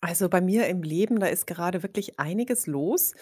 Also bei mir im Leben, da ist gerade wirklich einiges los,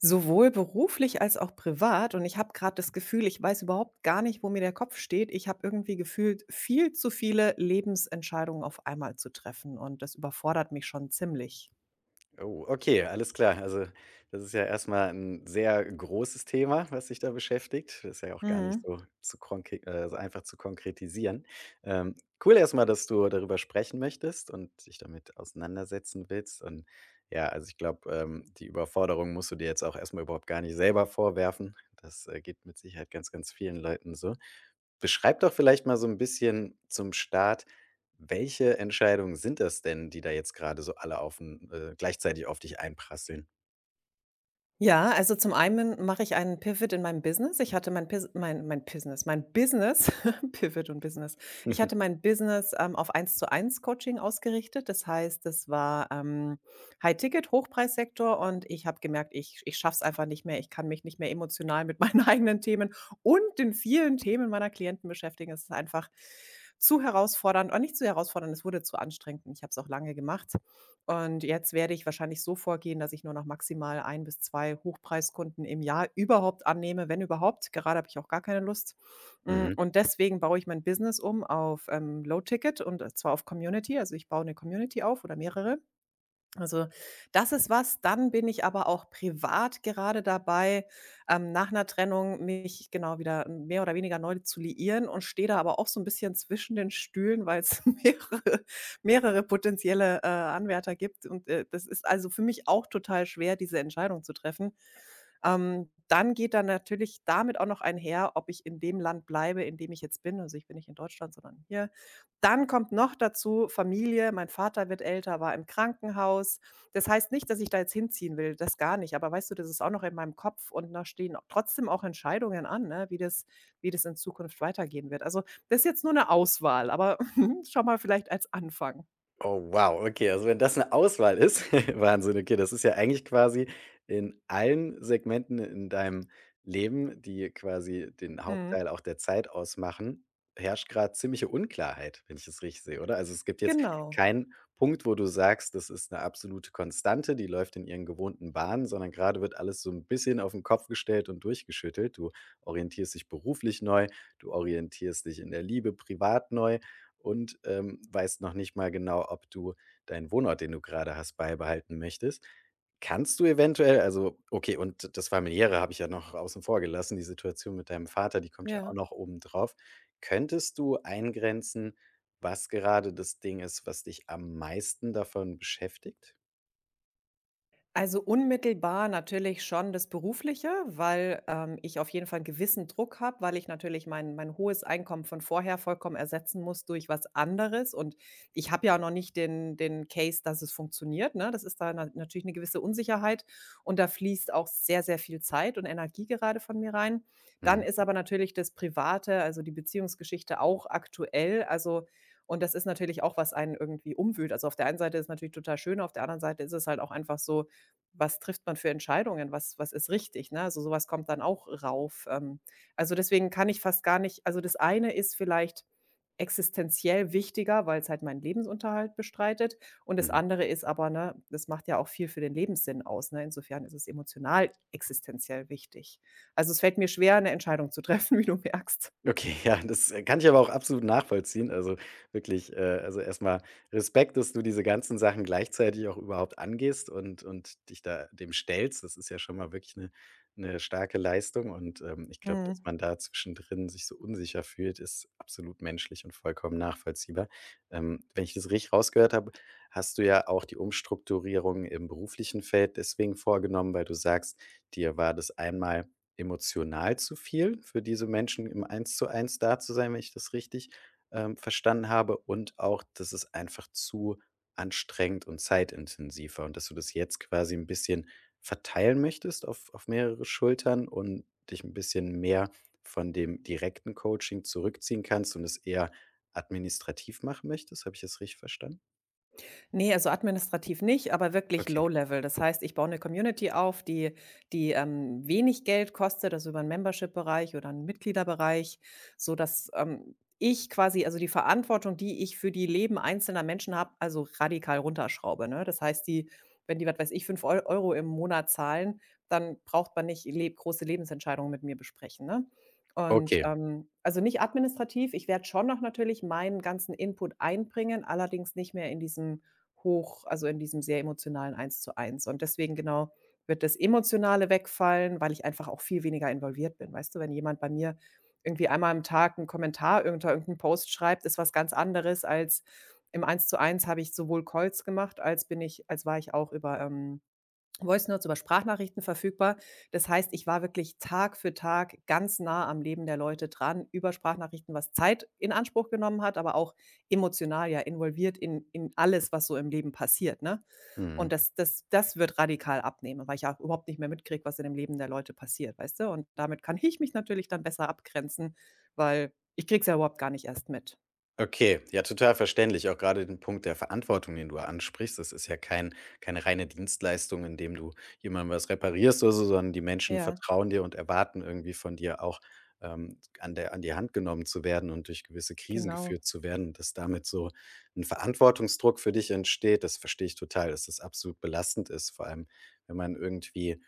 sowohl beruflich als auch privat. Und ich habe gerade das Gefühl, ich weiß überhaupt gar nicht, wo mir der Kopf steht. Ich habe irgendwie gefühlt, viel zu viele Lebensentscheidungen auf einmal zu treffen. Und das überfordert mich schon ziemlich. Oh, okay, alles klar. Also, das ist ja erstmal ein sehr großes Thema, was sich da beschäftigt. Das ist ja auch gar nicht Mhm. so zu konkre so einfach zu konkretisieren. Ähm, cool erstmal, dass du darüber sprechen möchtest und dich damit auseinandersetzen willst. Und ja, also, ich glaube, die Überforderung musst du dir jetzt auch erstmal überhaupt gar nicht selber vorwerfen. Das, geht mit Sicherheit ganz, ganz vielen Leuten so. Beschreib doch vielleicht mal so ein bisschen zum Start, welche Entscheidungen sind das denn, die da jetzt gerade so alle auf 'n gleichzeitig auf dich einprasseln? Ja, also zum einen mache ich einen Pivot in meinem Business. Ich hatte mein Pis mein mein Business Pivot und Business. Ich hatte mein Business, auf Eins-zu-eins Coaching ausgerichtet. Das heißt, das war, High-Ticket, Hochpreissektor, und ich habe gemerkt, ich schaffe es einfach nicht mehr. Ich kann mich nicht mehr emotional mit meinen eigenen Themen und den vielen Themen meiner Klienten beschäftigen. Es ist einfach zu herausfordernd, oh, nicht zu herausfordernd, es wurde zu anstrengend, und ich habe es auch lange gemacht. Und jetzt werde ich wahrscheinlich so vorgehen, dass ich nur noch maximal ein bis 2 Hochpreiskunden im Jahr überhaupt annehme, wenn überhaupt. Gerade habe ich auch gar keine Lust. Hm, Mhm. und deswegen baue ich mein Business um auf, Low Ticket und zwar auf Community. Also, ich baue eine Community auf oder mehrere. Also, das ist was. Dann bin ich aber auch privat gerade dabei, nach einer Trennung mich genau wieder mehr oder weniger neu zu liieren, und stehe da aber auch so ein bisschen zwischen den Stühlen, weil's mehrere potenzielle, Anwärter gibt, und, das ist also für mich auch total schwer, diese Entscheidung zu treffen. Dann geht dann natürlich damit auch noch einher, ob ich in dem Land bleibe, in dem ich jetzt bin. Also, ich bin nicht in Deutschland, sondern hier dann kommt noch dazu Familie. Mein Vater wird älter, war im Krankenhaus. Das heißt nicht, dass ich da jetzt hinziehen will, das gar nicht. Aber weißt du, das ist auch noch in meinem Kopf, und da stehen trotzdem auch Entscheidungen an, ne, wie das in Zukunft weitergehen wird. Also, das ist jetzt nur eine Auswahl, aber schau mal vielleicht als Anfang. Oh wow, okay, also wenn das eine Auswahl ist, Wahnsinn, okay, das ist ja eigentlich quasi in allen Segmenten in deinem Leben, die quasi den Mhm. Hauptteil auch der Zeit ausmachen, herrscht gerade ziemliche Unklarheit, wenn ich es richtig sehe, oder? Also, es gibt jetzt Genau. keinen Punkt, wo du sagst, das ist eine absolute Konstante, die läuft in ihren gewohnten Bahnen, sondern gerade wird alles so ein bisschen auf den Kopf gestellt und durchgeschüttelt. Du orientierst dich beruflich neu, du orientierst dich in der Liebe privat neu und, weißt noch nicht mal genau, ob du deinen Wohnort, den du gerade hast, beibehalten möchtest. Kannst du eventuell also, okay, und das Familiäre habe ich ja noch außen vor gelassen, die Situation mit deinem Vater, die kommt ja auch Ja. noch oben drauf. Könntest du eingrenzen, was gerade das Ding ist, was dich am meisten davon beschäftigt? Also unmittelbar natürlich schon das Berufliche, weil ich auf jeden Fall einen gewissen Druck habe, weil ich natürlich mein hohes Einkommen von vorher vollkommen ersetzen muss durch was anderes. Und ich habe ja auch noch nicht den Case, dass es funktioniert, ne? Das ist da natürlich eine gewisse Unsicherheit, und da fließt auch sehr, sehr viel Zeit und Energie gerade von mir rein. Dann Mhm, ist aber natürlich das Private, also die Beziehungsgeschichte auch aktuell. Also und das ist natürlich auch, was einen irgendwie umwühlt. Also, auf der einen Seite ist es natürlich total schön, auf der anderen Seite ist es halt auch einfach so, was trifft man für Entscheidungen? Was ist richtig, ne? Also, sowas kommt dann auch rauf. Also, deswegen kann ich fast gar nicht also, das eine ist vielleicht existenziell wichtiger, weil es halt meinen Lebensunterhalt bestreitet, und das mhm. andere ist aber, ne, das macht ja auch viel für den Lebenssinn aus, ne? Insofern ist es emotional existenziell wichtig. Also, es fällt mir schwer, eine Entscheidung zu treffen, wie du merkst. Okay, ja, das kann ich aber auch absolut nachvollziehen. Also wirklich, also erstmal Respekt, dass du diese ganzen Sachen gleichzeitig auch überhaupt angehst und dich da dem stellst. Das ist ja schon mal wirklich eine starke Leistung und, ich glaube, Mhm. dass man da zwischendrin sich so unsicher fühlt, ist absolut menschlich und vollkommen nachvollziehbar. Wenn ich das richtig rausgehört habe, hast du ja auch die Umstrukturierung im beruflichen Feld deswegen vorgenommen, weil du sagst, dir war das einmal emotional zu viel für diese Menschen im Eins-zu-Eins da zu sein, wenn ich das richtig, verstanden habe und auch, das ist einfach zu anstrengend und zeitintensiver und dass du das jetzt quasi ein bisschen verteilen möchtest auf mehrere Schultern und dich ein bisschen mehr von dem direkten Coaching zurückziehen kannst und es eher administrativ machen möchtest. Habe ich das richtig verstanden? Ne, also administrativ nicht, aber wirklich Okay, low level. Das heißt, ich baue eine Community auf, die wenig Geld kostet, also über einen Membership-Bereich oder einen Mitgliederbereich, sodass, ich quasi also die Verantwortung, die ich für die Leben einzelner Menschen habe, also radikal runterschraube, ne? Das heißt, die wenn die, was weiß ich, 5 Eu Euro im Monat zahlen, dann braucht man nicht le große Lebensentscheidungen mit mir besprechen, ne? Und, okay. Also nicht administrativ. Ich werde schon noch natürlich meinen ganzen Input einbringen, allerdings nicht mehr in diesem hoch also, in diesem sehr emotionalen Eins-zu-eins. Und deswegen genau wird das Emotionale wegfallen, weil ich einfach auch viel weniger involviert bin. Weißt du, wenn jemand bei mir irgendwie einmal am Tag einen Kommentar unter irgendeinen Post schreibt, ist was ganz anderes als im Eins-zu-eins habe ich sowohl Calls gemacht, als bin ich als war ich auch über, Voice Notes über Sprachnachrichten verfügbar. Das heißt, ich war wirklich Tag für Tag ganz nah am Leben der Leute dran über Sprachnachrichten, was Zeit in Anspruch genommen hat, aber auch emotional ja involviert in alles, was so im Leben passiert, ne? Und Mhm. das wird radikal abnehmen, weil ich ja überhaupt nicht mehr mitkriege, was in dem Leben der Leute passiert, weißt du? Und damit kann ich mich natürlich dann besser abgrenzen, weil ich kriege es ja überhaupt gar nicht erst mit. Okay, ja, total verständlich. Auch gerade den Punkt der Verantwortung, den du ansprichst. Das ist ja keine reine Dienstleistung, indem du jemandem was reparierst oder so, sondern die Menschen Ja, vertrauen dir und erwarten irgendwie von dir auch an die Hand genommen zu werden und durch gewisse Krisen genau. geführt zu werden, dass damit so ein Verantwortungsdruck für dich entsteht. Das verstehe ich total, dass das absolut belastend ist. Vor allem, wenn man irgendwie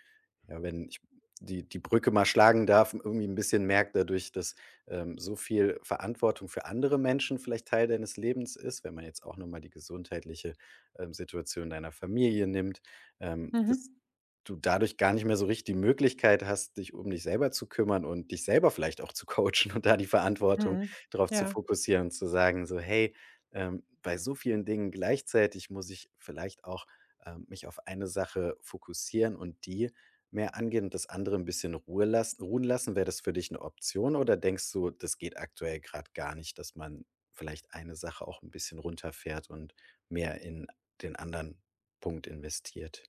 ja, wenn ich die Brücke mal schlagen darf, irgendwie ein bisschen merkt dadurch, dass, so viel Verantwortung für andere Menschen vielleicht Teil deines Lebens ist, wenn man jetzt auch noch mal die gesundheitliche, Situation deiner Familie nimmt, dass Mhm. du dadurch gar nicht mehr so richtig die Möglichkeit hast, dich um dich selber zu kümmern und dich selber vielleicht auch zu coachen und da die Verantwortung Mhm. darauf zu Ja. fokussieren und zu sagen so: „Hey, bei so vielen Dingen gleichzeitig muss ich vielleicht auch, mich auf eine Sache fokussieren und die mehr angehen und das andere ein bisschen ruhen lassen.“ Wäre das für dich eine Option oder denkst du, das geht aktuell gerade gar nicht, dass man vielleicht eine Sache auch ein bisschen runterfährt und mehr in den anderen Punkt investiert?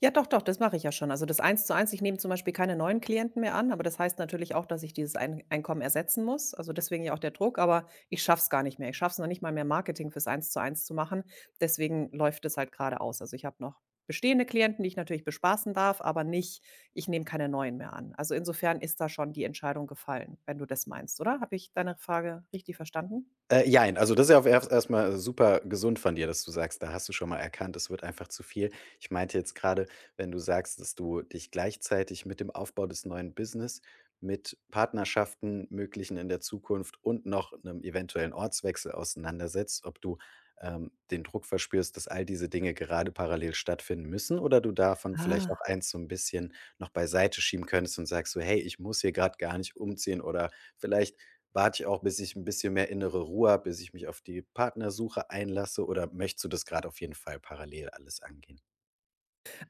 Ja, doch, doch, das mache ich ja schon. Also das eins zu eins. Ich nehme zum Beispiel keine neuen Klienten mehr an, aber das heißt natürlich auch, dass ich dieses Einkommen ersetzen muss. Also deswegen ja auch der Druck, aber ich schaffe es gar nicht mehr. Ich schaffe es noch nicht mal mehr, Marketing fürs eins zu machen. Deswegen läuft es halt gerade aus. Also ich habe noch bestehende Klienten, die ich natürlich bespaßen darf, aber nicht ich nehme keine neuen mehr an. Also insofern ist da schon die Entscheidung gefallen, wenn du das meinst, oder? Habe ich deine Frage richtig verstanden? Jein, also, das ist ja auf erstmal super gesund von dir, dass du sagst, da hast du schon mal erkannt, es wird einfach zu viel. Ich meinte jetzt gerade, wenn du sagst, dass du dich gleichzeitig mit dem Aufbau des neuen Business, mit Partnerschaften, möglichen in der Zukunft und noch einem eventuellen Ortswechsel auseinandersetzt, ob du, den Druck verspürst, dass all diese Dinge gerade parallel stattfinden müssen oder du davon vielleicht Ah. auch eins so ein bisschen noch beiseite schieben könntest und sagst so: „Hey, ich muss hier gerade gar nicht umziehen“ oder vielleicht warte ich auch, bis ich ein bisschen mehr innere Ruhe habe, bis ich mich auf die Partnersuche einlasse oder möchtest du das gerade auf jeden Fall parallel alles angehen?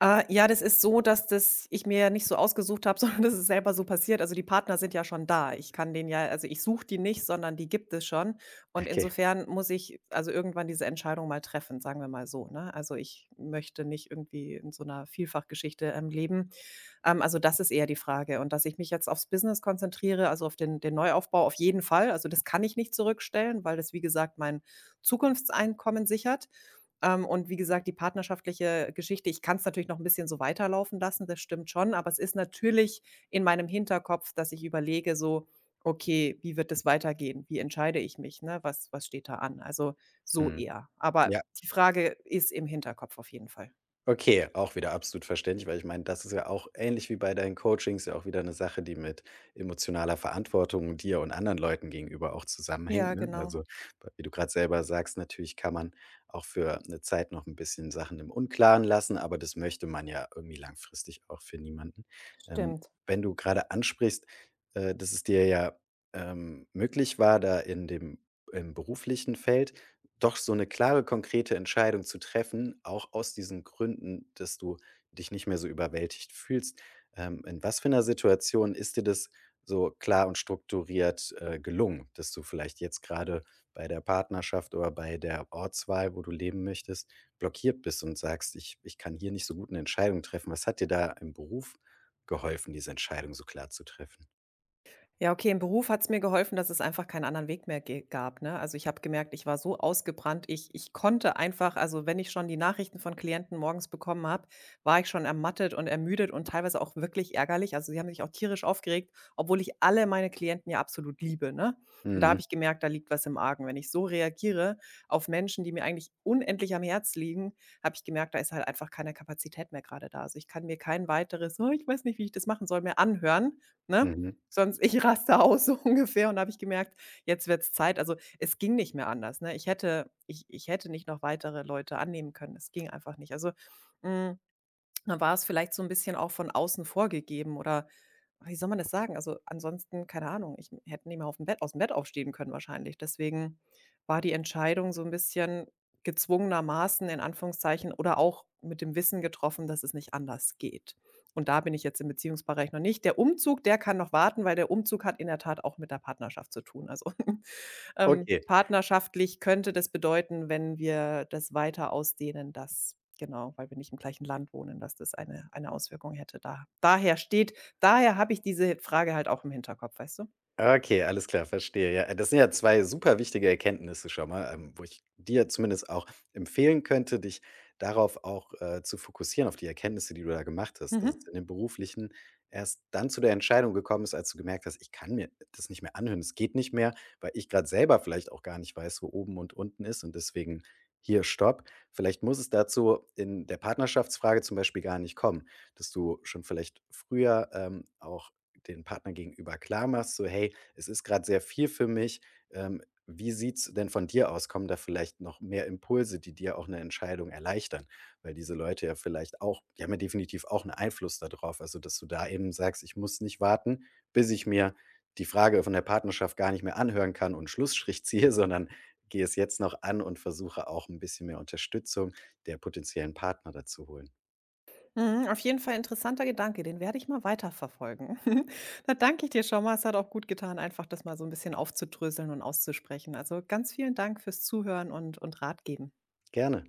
Ja, das ist so, dass das ich mir nicht so ausgesucht habe, sondern das ist selber so passiert. Also, die Partner sind ja schon da. Ich kann den ja also, ich suche die nicht, sondern die gibt es schon. Und Okay. insofern muss ich also irgendwann diese Entscheidung mal treffen, sagen wir mal so, ne? Also, ich möchte nicht irgendwie in so einer Vielfachgeschichte, leben. Also, das ist eher die Frage. Und dass ich mich jetzt aufs Business konzentriere, also auf den Neuaufbau auf jeden Fall. Also, das kann ich nicht zurückstellen, weil das, wie gesagt, mein Zukunftseinkommen sichert. Und wie gesagt, die partnerschaftliche Geschichte ich kann es natürlich noch ein bisschen so weiterlaufen lassen, das stimmt schon, aber es ist natürlich in meinem Hinterkopf, dass ich überlege so: „Okay, wie wird es weitergehen? Wie entscheide ich mich, ne? Was steht da an?“ Also, so Mhm. eher. Aber Ja. die Frage ist im Hinterkopf auf jeden Fall. Okay, auch wieder absolut verständlich, weil ich meine, das ist ja auch ähnlich wie bei deinen Coachings ja auch wieder eine Sache, die mit emotionaler Verantwortung dir und anderen Leuten gegenüber auch zusammenhängt, Ja, ne? genau. Also, wie du gerade selber sagst, natürlich kann man auch für eine Zeit noch ein bisschen Sachen im Unklaren lassen, aber das möchte man ja irgendwie langfristig auch für niemanden. Ähm, Stimmt. wenn du gerade ansprichst, dass es dir ja, möglich war, da in dem im beruflichen Feld doch so eine klare, konkrete Entscheidung zu treffen, auch aus diesen Gründen, dass du dich nicht mehr so überwältigt fühlst. In was für einer Situation ist dir das so klar und strukturiert, gelungen, dass du vielleicht jetzt gerade bei der Partnerschaft oder bei der Ortswahl, wo du leben möchtest, blockiert bist und sagst: ich kann hier nicht so gut eine Entscheidung treffen.“ Was hat dir da im Beruf geholfen, diese Entscheidung so klar zu treffen? Ja, okay, im Beruf hat's mir geholfen, dass es einfach keinen anderen Weg mehr ge gab, ne? Also, ich habe gemerkt, ich war so ausgebrannt. Ich konnte einfach also, wenn ich schon die Nachrichten von Klienten morgens bekommen habe, war ich schon ermattet und ermüdet und teilweise auch wirklich ärgerlich. Also, sie haben sich auch tierisch aufgeregt, obwohl ich alle meine Klienten ja absolut liebe, ne? Und da Mhm, habe ich gemerkt, da liegt was im Argen. Wenn ich so reagiere auf Menschen, die mir eigentlich unendlich am Herz liegen, habe ich gemerkt, da ist halt einfach keine Kapazität mehr gerade da. Also, ich kann mir kein weiteres: „Oh, ich weiß nicht, wie ich das machen soll“, mehr anhören, ne? mhm. Sonst ich raste aus so ungefähr, und da habe ich gemerkt, jetzt wird's Zeit. Also, es ging nicht mehr anders, ne? Ich hätte nicht noch weitere Leute annehmen können. Es ging einfach nicht. Also, hm, dann war es vielleicht so ein bisschen auch von außen vorgegeben oder wie soll man das sagen? Also, ansonsten, keine Ahnung, ich hätte nicht mal aufm Bett ausm Bett aufstehen können wahrscheinlich. Deswegen war die Entscheidung so ein bisschen gezwungenermaßen in Anführungszeichen oder auch mit dem Wissen getroffen, dass es nicht anders geht. Und da bin ich jetzt im Beziehungsbereich noch nicht. Der Umzug, der kann noch warten, weil der Umzug hat in der Tat auch mit der Partnerschaft zu tun. Also Okay. partnerschaftlich könnte das bedeuten, wenn wir das weiter ausdehnen, dass genau, weil wir nicht im gleichen Land wohnen, dass das eine Auswirkung hätte. Da daher steht daher habe ich diese Frage halt auch im Hinterkopf, weißt du? Okay, alles klar, verstehe. Ja, das sind ja 2 super wichtige Erkenntnisse schon mal, wo ich dir zumindest auch empfehlen könnte, dich darauf auch, zu fokussieren, auf die Erkenntnisse, die du da gemacht hast, dass es Mhm. in dem Beruflichen erst dann zu der Entscheidung gekommen ist, als du gemerkt hast: „Ich kann mir das nicht mehr anhören, es geht nicht mehr, weil ich gerade selber vielleicht auch gar nicht weiß, wo oben und unten ist und deswegen hier stopp.“ Vielleicht muss es dazu in der Partnerschaftsfrage zum Beispiel gar nicht kommen, dass du schon vielleicht früher, auch den Partner gegenüber klar machst, so: „Hey, es ist gerade sehr viel für mich. Ähm, wie sieht's denn von dir aus? Kommen da vielleicht noch mehr Impulse, die dir auch eine Entscheidung erleichtern?“ Weil diese Leute ja vielleicht auch die haben ja definitiv auch einen Einfluss darauf, also, dass du da eben sagst: „Ich muss nicht warten, bis ich mir die Frage von der Partnerschaft gar nicht mehr anhören kann und Schlussstrich ziehe, sondern gehe es jetzt noch an und versuche auch ein bisschen mehr Unterstützung der potenziellen Partner dazu holen.“ Mhm. Auf jeden Fall interessanter Gedanke, den werde ich mal weiterverfolgen. Da danke ich dir schon mal. Es hat auch gut getan, einfach das mal so ein bisschen aufzudröseln und auszusprechen. Also, ganz vielen Dank fürs Zuhören und Rat geben. Gerne.